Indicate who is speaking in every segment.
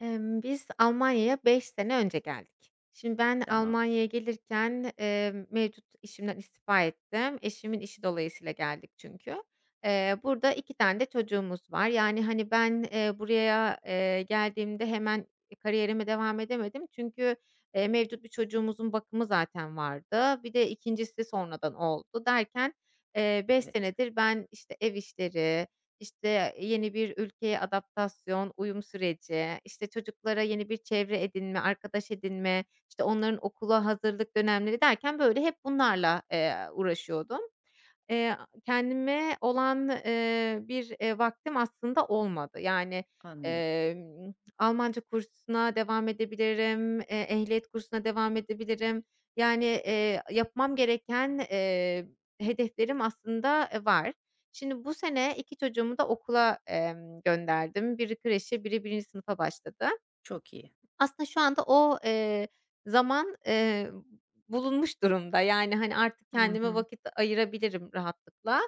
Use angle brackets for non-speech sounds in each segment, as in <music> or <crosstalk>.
Speaker 1: Biz Almanya'ya 5 sene önce geldik. Şimdi ben
Speaker 2: Tamam,
Speaker 1: Almanya'ya gelirken, mevcut işimden istifa ettim. Eşimin işi dolayısıyla geldik çünkü. Burada 2 tane de çocuğumuz var. Yani, hani, ben, buraya, geldiğimde hemen kariyerime devam edemedim. Çünkü, mevcut bir çocuğumuzun bakımı zaten vardı. Bir de ikincisi sonradan oldu derken, 5
Speaker 2: evet,
Speaker 1: senedir ben, işte, ev işleri, işte, yeni bir ülkeye adaptasyon, uyum süreci, işte, çocuklara yeni bir çevre edinme, arkadaş edinme, işte, onların okula hazırlık dönemleri derken, böyle, hep bunlarla, uğraşıyordum. Eee, kendime olan, bir, vaktim aslında olmadı. Yani,
Speaker 2: anlıyorum.
Speaker 1: emm, Almanca kursuna devam edebilirim, ehliyet kursuna devam edebilirim. Yani, yapmam gereken, hedeflerim aslında, var. Şimdi bu sene 2 çocuğumu da okula, gönderdim. Biri kreşe, biri birinci sınıfa başladı.
Speaker 2: Çok iyi.
Speaker 1: Aslında şu anda o, zaman, bulunmuş durumda. Yani, hani, artık
Speaker 2: Hı
Speaker 1: kendime
Speaker 2: hı.
Speaker 1: vakit ayırabilirim rahatlıkla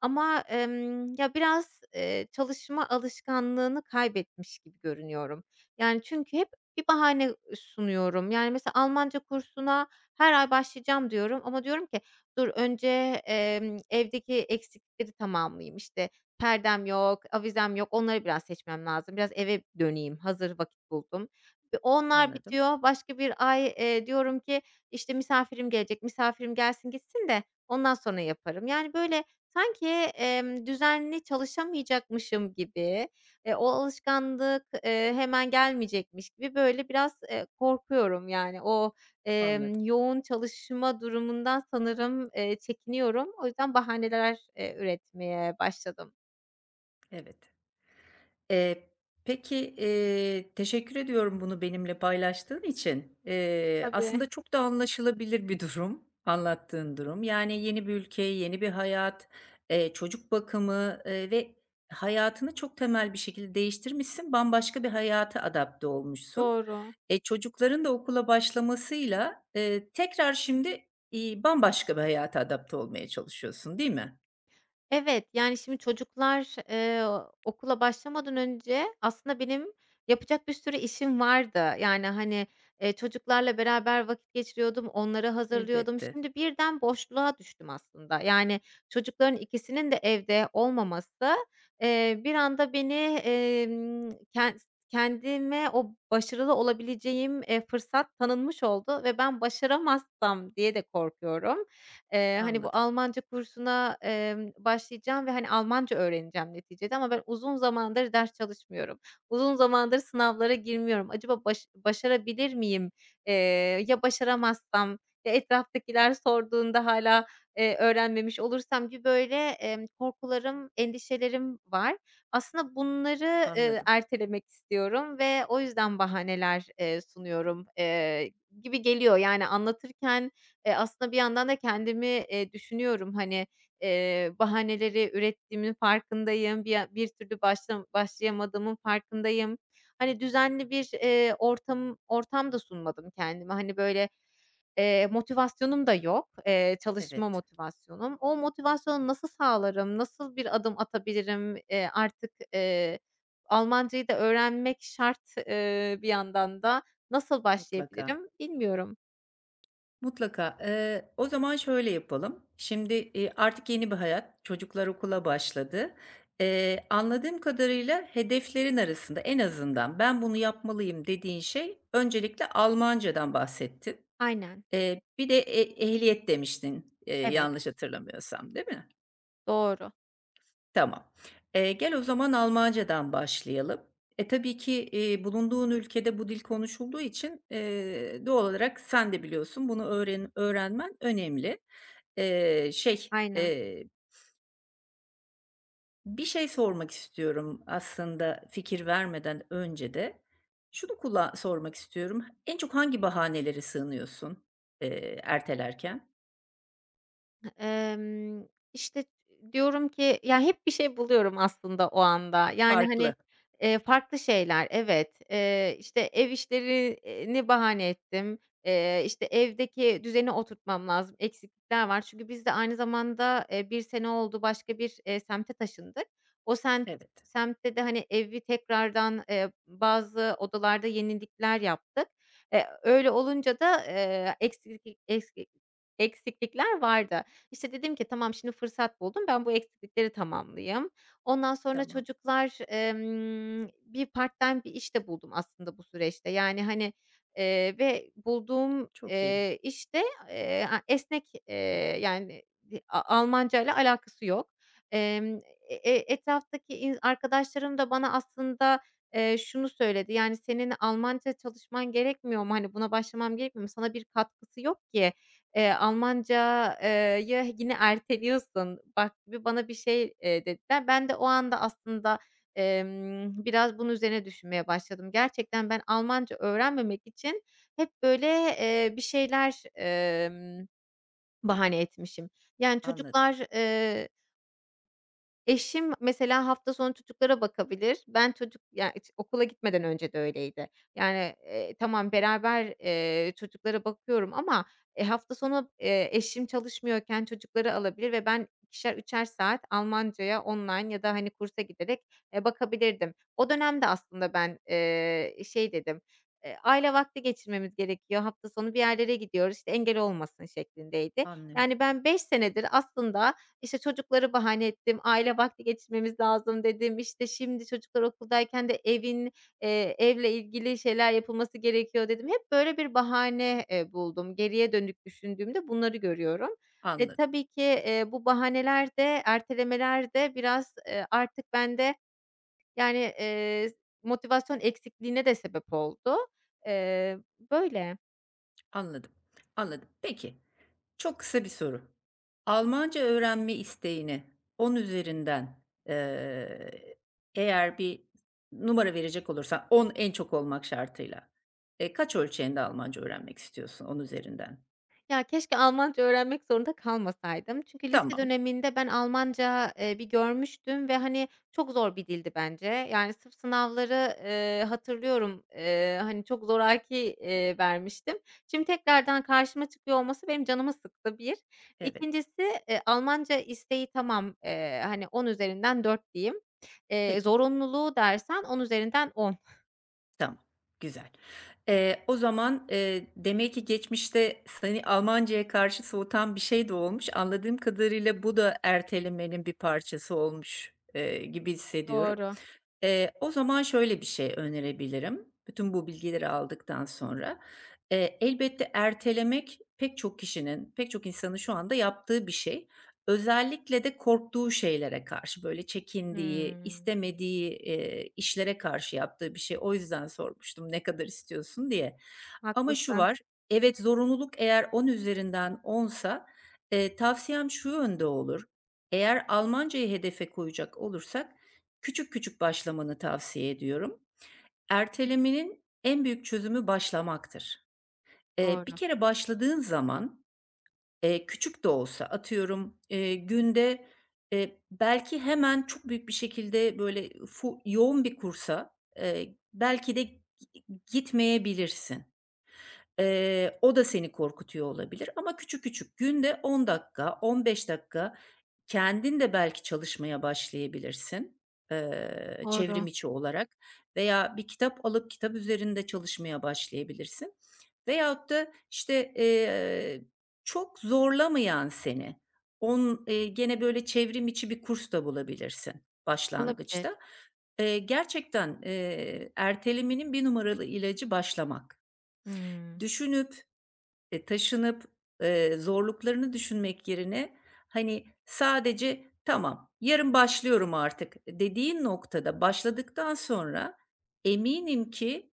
Speaker 1: ama, ya, biraz, çalışma alışkanlığını kaybetmiş gibi görünüyorum. Yani, çünkü hep bir bahane sunuyorum. Yani, mesela Almanca kursuna her ay başlayacağım diyorum ama diyorum ki dur önce, evdeki eksiklikleri tamamlayayım. İşte, perdem yok, avizem yok, onları biraz seçmem lazım. Biraz eve döneyim, hazır vakit buldum. Onlar
Speaker 2: Anladım,
Speaker 1: bitiyor. Başka bir ay, diyorum ki, işte, misafirim gelecek, misafirim gelsin gitsin de ondan sonra yaparım. Yani, böyle, sanki, düzenli çalışamayacakmışım gibi, o alışkanlık, hemen gelmeyecekmiş gibi, böyle, biraz, korkuyorum. Yani, o,
Speaker 2: anladım.
Speaker 1: yoğun çalışma durumundan sanırım, çekiniyorum. O yüzden bahaneler, üretmeye başladım.
Speaker 2: Evet. Eee, peki, teşekkür ediyorum bunu benimle paylaştığın için.
Speaker 1: Tabii,
Speaker 2: Aslında çok da anlaşılabilir bir durum, <laughs> anlattığın durum. Yani yeni bir ülke, yeni bir hayat, çocuk bakımı, ve hayatını çok temel bir şekilde değiştirmişsin. Bambaşka bir hayata adapte olmuşsun.
Speaker 1: doğru.
Speaker 2: E, çocukların da okula başlamasıyla, tekrar şimdi, bambaşka bir hayata adapte olmaya çalışıyorsun, değil mi?
Speaker 1: Evet, yani, şimdi çocuklar, okula başlamadan önce aslında benim yapacak bir sürü işim vardı. Yani, hani, çocuklarla beraber vakit geçiriyordum, onları hazırlıyordum.
Speaker 2: Elbette.
Speaker 1: Şimdi birden boşluğa düştüm aslında. Yani, çocukların ikisinin de evde olmaması, bir anda beni, emm, ken kendime o başarılı olabileceğim, fırsat tanınmış oldu ve ben başaramazsam diye de korkuyorum. Hani, bu
Speaker 2: Anladım,
Speaker 1: Almanca kursuna, başlayacağım ve, hani, Almanca öğreneceğim neticede ama ben uzun zamandır ders çalışmıyorum. Uzun zamandır sınavlara girmiyorum. Acaba başarabilir miyim? Eee, ya başaramazsam, ya etraftakiler sorduğunda hala öğrenmemiş olursam gibi, böyle, korkularım, endişelerim var. Aslında bunları,
Speaker 2: anladım.
Speaker 1: ertelemek istiyorum ve o yüzden bahaneler, sunuyorum, gibi geliyor. Yani anlatırken aslında bir yandan da kendimi, düşünüyorum, hani, bahaneleri ürettiğimin farkındayım. Bir türlü başlayamadığımın farkındayım. Hani, düzenli bir, ortam da sunmadım kendime. Hani, böyle, motivasyonum da yok, çalışma
Speaker 2: Evet,
Speaker 1: motivasyonum. O motivasyonu nasıl sağlarım, nasıl bir adım atabilirim? Artık, Almancayı da öğrenmek şart, bir yandan da. Nasıl
Speaker 2: mutlaka.
Speaker 1: başlayabilirim bilmiyorum.
Speaker 2: Mutlaka. O zaman şöyle yapalım. Şimdi, artık yeni bir hayat, çocuklar okula başladı. Anladığım kadarıyla hedeflerin arasında en azından "Ben bunu yapmalıyım." dediğin şey öncelikle Almancadan bahsettin.
Speaker 1: Aynen.
Speaker 2: Bir de e ehliyet demiştin,
Speaker 1: Evet.
Speaker 2: yanlış hatırlamıyorsam, değil mi?
Speaker 1: Doğru.
Speaker 2: Tamam. Gel o zaman Almancadan başlayalım. E, tabii ki, bulunduğun ülkede bu dil konuşulduğu için, doğal olarak sen de biliyorsun bunu öğrenmen önemli. Eee, şey,
Speaker 1: Aynen.
Speaker 2: eee, bir şey sormak istiyorum aslında fikir vermeden önce de. Şunu kula sormak istiyorum, en çok hangi bahanelere sığınıyorsun, ertelerken?
Speaker 1: Emm, işte, diyorum ki ya, hep bir şey buluyorum aslında o anda. Yani,
Speaker 2: Farklı.
Speaker 1: hani, farklı şeyler, evet. İşte, ev işlerini bahane ettim. İşte, evdeki düzeni oturtmam lazım, eksiklikler var. Çünkü biz de aynı zamanda, 1 sene oldu başka bir, semte taşındık. O semt
Speaker 2: Evet,
Speaker 1: Semtte de, hani, evi tekrardan, bazı odalarda yenilikler yaptık. Öyle olunca da, eksiklikler vardı. İşte, dedim ki tamam şimdi fırsat buldum, ben bu eksiklikleri tamamlayayım. Ondan sonra
Speaker 2: tamam.
Speaker 1: çocuklar, bir part-time bir iş de buldum aslında bu süreçte. Yani, hani, ve bulduğum,
Speaker 2: Çok iyi.
Speaker 1: işte, a esnek, yani, di A Almancayla alakası yok. Emm, etraftaki arkadaşlarım da bana aslında, şunu söyledi: "Yani, senin Almanca çalışman gerekmiyor mu? Hani, buna başlamam gerekmiyor mu? Sana bir katkısı yok ki. Almanca ya yine erteliyorsun, bak" gibi bana bir şey, dediler. Ben de o anda aslında, biraz bunun üzerine düşünmeye başladım. Gerçekten ben Almanca öğrenmemek için hep böyle, bir şeyler, bahane etmişim. Yani
Speaker 2: Anladım,
Speaker 1: çocuklar, eşim mesela hafta sonu çocuklara bakabilir. Ben yani okula gitmeden önce de öyleydi. Yani, tamam beraber, çocuklara bakıyorum ama, hafta sonu, eşim çalışmıyorken çocukları alabilir ve ben ikişer üçer saat Almancaya online ya da, hani, kursa giderek, bakabilirdim. O dönemde aslında ben, şey dedim, "Aile vakti geçirmemiz gerekiyor. Hafta sonu bir yerlere gidiyoruz, işte, engel olmasın." şeklindeydi.
Speaker 2: anlıyorum,
Speaker 1: Yani ben 5 senedir aslında işte, çocukları bahane ettim, aile vakti geçirmemiz lazım dedim. İşte, şimdi çocuklar okuldayken de evle ilgili şeyler yapılması gerekiyor dedim. Hep böyle bir bahane, buldum. Geriye dönük düşündüğümde bunları görüyorum. E,
Speaker 2: anladım.
Speaker 1: tabii ki, bu bahaneler de, ertelemeler de biraz, artık bende, yani, motivasyon eksikliğine de sebep oldu. Eee, böyle.
Speaker 2: Anladım, anladım. Peki, çok kısa bir soru. Almanca öğrenme isteğini 10 üzerinden, eee, eğer bir numara verecek olursan 10 en çok olmak şartıyla, kaç ölçeğinde Almanca öğrenmek istiyorsun on üzerinden?
Speaker 1: Ya, keşke Almanca öğrenmek zorunda kalmasaydım. Çünkü lise
Speaker 2: Tamam,
Speaker 1: döneminde ben Almanca, bir görmüştüm ve, hani, çok zor bir dildi bence. Yani, sırf sınavları, hatırlıyorum, hani, çok zoraki, vermiştim. Şimdi tekrardan karşıma çıkıyor olması benim canımı sıktı, bir.
Speaker 2: evet.
Speaker 1: İkincisi Almanca isteği tamam, hani, on üzerinden 4 diyeyim. Eee,
Speaker 2: Peki.
Speaker 1: zorunluluğu dersen 10 üzerinden on.
Speaker 2: Tamam, güzel. O zaman, demek ki geçmişte seni Almanca'ya karşı soğutan bir şey de olmuş. Anladığım kadarıyla bu da ertelemenin bir parçası olmuş, gibi hissediyorum.
Speaker 1: Doğru.
Speaker 2: O zaman şöyle bir şey önerebilirim, bütün bu bilgileri aldıktan sonra. Elbette ertelemek pek çok kişinin, pek çok insanın şu anda yaptığı bir şey. Özellikle de korktuğu şeylere karşı, böyle, çekindiği,
Speaker 1: Hımm.
Speaker 2: istemediği, işlere karşı yaptığı bir şey. O yüzden sormuştum, "Ne kadar istiyorsun?" diye. Ama şu
Speaker 1: Haklısın.
Speaker 2: var, evet, zorunluluk eğer 10 üzerinden 10'sa, tavsiyem şu yönde olur: Eğer Almancayı hedefe koyacak olursak küçük küçük başlamanı tavsiye ediyorum. Ertelemenin en büyük çözümü başlamaktır. Bir
Speaker 1: Doğru.
Speaker 2: kere başladığın zaman küçük de olsa atıyorum, günde, belki hemen çok büyük bir şekilde böyle yoğun bir kursa, belki de gitmeyebilirsin. O da seni korkutuyor olabilir ama küçük küçük günde 10 dakika, 15 dakika kendin de belki çalışmaya başlayabilirsin,
Speaker 1: Doğru.
Speaker 2: çevrim içi olarak veya bir kitap alıp kitap üzerinde çalışmaya başlayabilirsin veyahut da, işte, çok zorlamayan seni, on gene böyle çevrim içi bir kurs da bulabilirsin
Speaker 1: Olabilir.
Speaker 2: başlangıçta. Gerçekten, ertelemenin bir numaralı ilacı başlamak.
Speaker 1: Hımm.
Speaker 2: Düşünüp e, taşınıp, zorluklarını düşünmek yerine, hani, sadece "Tamam, yarın başlıyorum artık." dediğin noktada başladıktan sonra eminim ki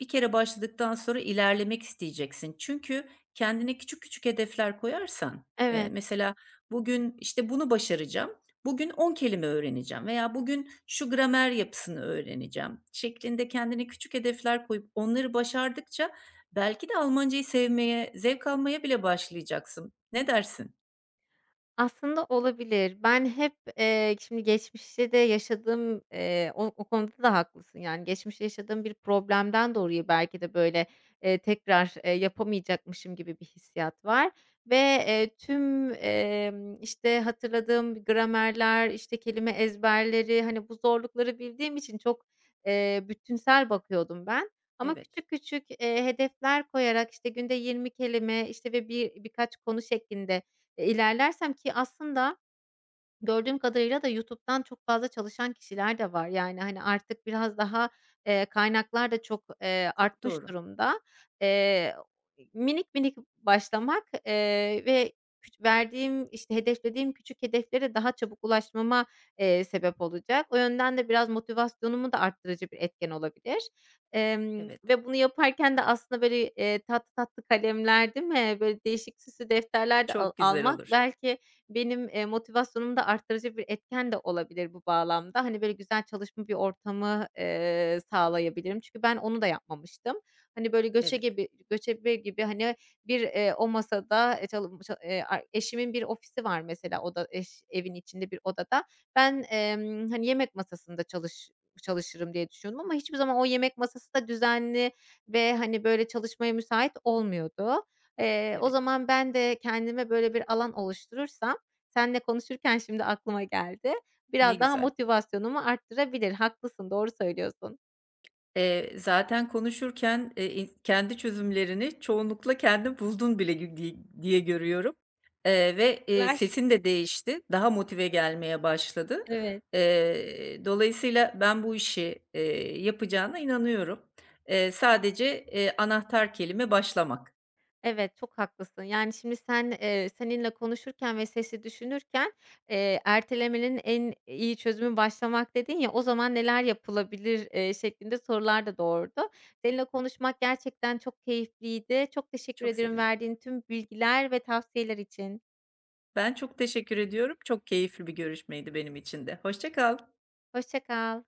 Speaker 2: bir kere başladıktan sonra ilerlemek isteyeceksin. Çünkü kendine küçük küçük hedefler koyarsan,
Speaker 1: Evet,
Speaker 2: mesela bugün, işte, bunu başaracağım, bugün 10 kelime öğreneceğim veya bugün şu gramer yapısını öğreneceğim şeklinde kendine küçük hedefler koyup onları başardıkça belki de Almancayı sevmeye, zevk almaya bile başlayacaksın. Ne dersin?
Speaker 1: aslında olabilir. Ben hep, şimdi geçmişte de yaşadığım, o konuda da haklısın. Yani geçmişte yaşadığım bir problemden dolayı belki de böyle, tekrar, yapamayacakmışım gibi bir hissiyat var ve, tüm, işte, hatırladığım gramerler, işte, kelime ezberleri, hani, bu zorlukları bildiğim için çok, bütünsel bakıyordum ben ama
Speaker 2: Evet,
Speaker 1: küçük küçük, hedefler koyarak, işte, günde 20 kelime, işte, ve birkaç konu şeklinde ilerlersem ki aslında, gördüğüm kadarıyla da YouTube'dan çok fazla çalışan kişiler de var. Yani, hani, artık biraz daha, kaynaklar da çok,
Speaker 2: çok
Speaker 1: artmış
Speaker 2: doğru.
Speaker 1: durumda. Eee, minik minik başlamak, ve verdiğim, işte, hedeflediğim küçük hedeflere daha çabuk ulaşmama, sebep olacak. O yönden de biraz motivasyonumu da arttırıcı bir etken olabilir. Emm,
Speaker 2: Evet,
Speaker 1: ve bunu yaparken de aslında, böyle, tatlı tatlı kalemler, değil mi? Böyle, değişik süslü defterler de
Speaker 2: çok güzel
Speaker 1: almak
Speaker 2: olur.
Speaker 1: belki, benim, motivasyonumu da arttırıcı bir etken de olabilir bu bağlamda. Hani, böyle güzel çalışma bir ortamı, sağlayabilirim. Çünkü ben onu da yapmamıştım. Hani, böyle
Speaker 2: Evet,
Speaker 1: göçebe gibi, hani, bir, o masada, çalı ça a eşimin bir ofisi var mesela oda eş evin içinde bir odada. Ben, hani, yemek masasında çalışırım diye düşünüyordum ama hiçbir zaman o yemek masası da düzenli ve, hani, böyle çalışmaya müsait olmuyordu. O
Speaker 2: evet.
Speaker 1: zaman ben de kendime böyle bir alan oluşturursam seninle konuşurken şimdi aklıma geldi.
Speaker 2: Ne
Speaker 1: Biraz daha
Speaker 2: güzel.
Speaker 1: motivasyonumu arttırabilir. Haklısın, doğru söylüyorsun.
Speaker 2: Zaten konuşurken, in kendi çözümlerini çoğunlukla kendin buldun bile gü di diye görüyorum, ve,
Speaker 1: Teşekkürler.
Speaker 2: sesin de değişti. Daha motive gelmeye başladı.
Speaker 1: Evet,
Speaker 2: Dolayısıyla ben bu işi, yapacağına inanıyorum. Sadece, anahtar kelime başlamak.
Speaker 1: evet, çok haklısın. Yani şimdi sen, seninle konuşurken ve sesi düşünürken, "Ertelemenin en iyi çözümü başlamak." dedin ya, "O zaman neler yapılabilir?" Şeklinde sorular da doğurdu. Seninle konuşmak gerçekten çok keyifliydi. Çok teşekkür
Speaker 2: Çok
Speaker 1: ederim
Speaker 2: sevindim.
Speaker 1: verdiğin tüm bilgiler ve tavsiyeler için.
Speaker 2: Ben çok teşekkür ediyorum. Çok keyifli bir görüşmeydi benim için de. Hoşça kal.
Speaker 1: Hoşça kal.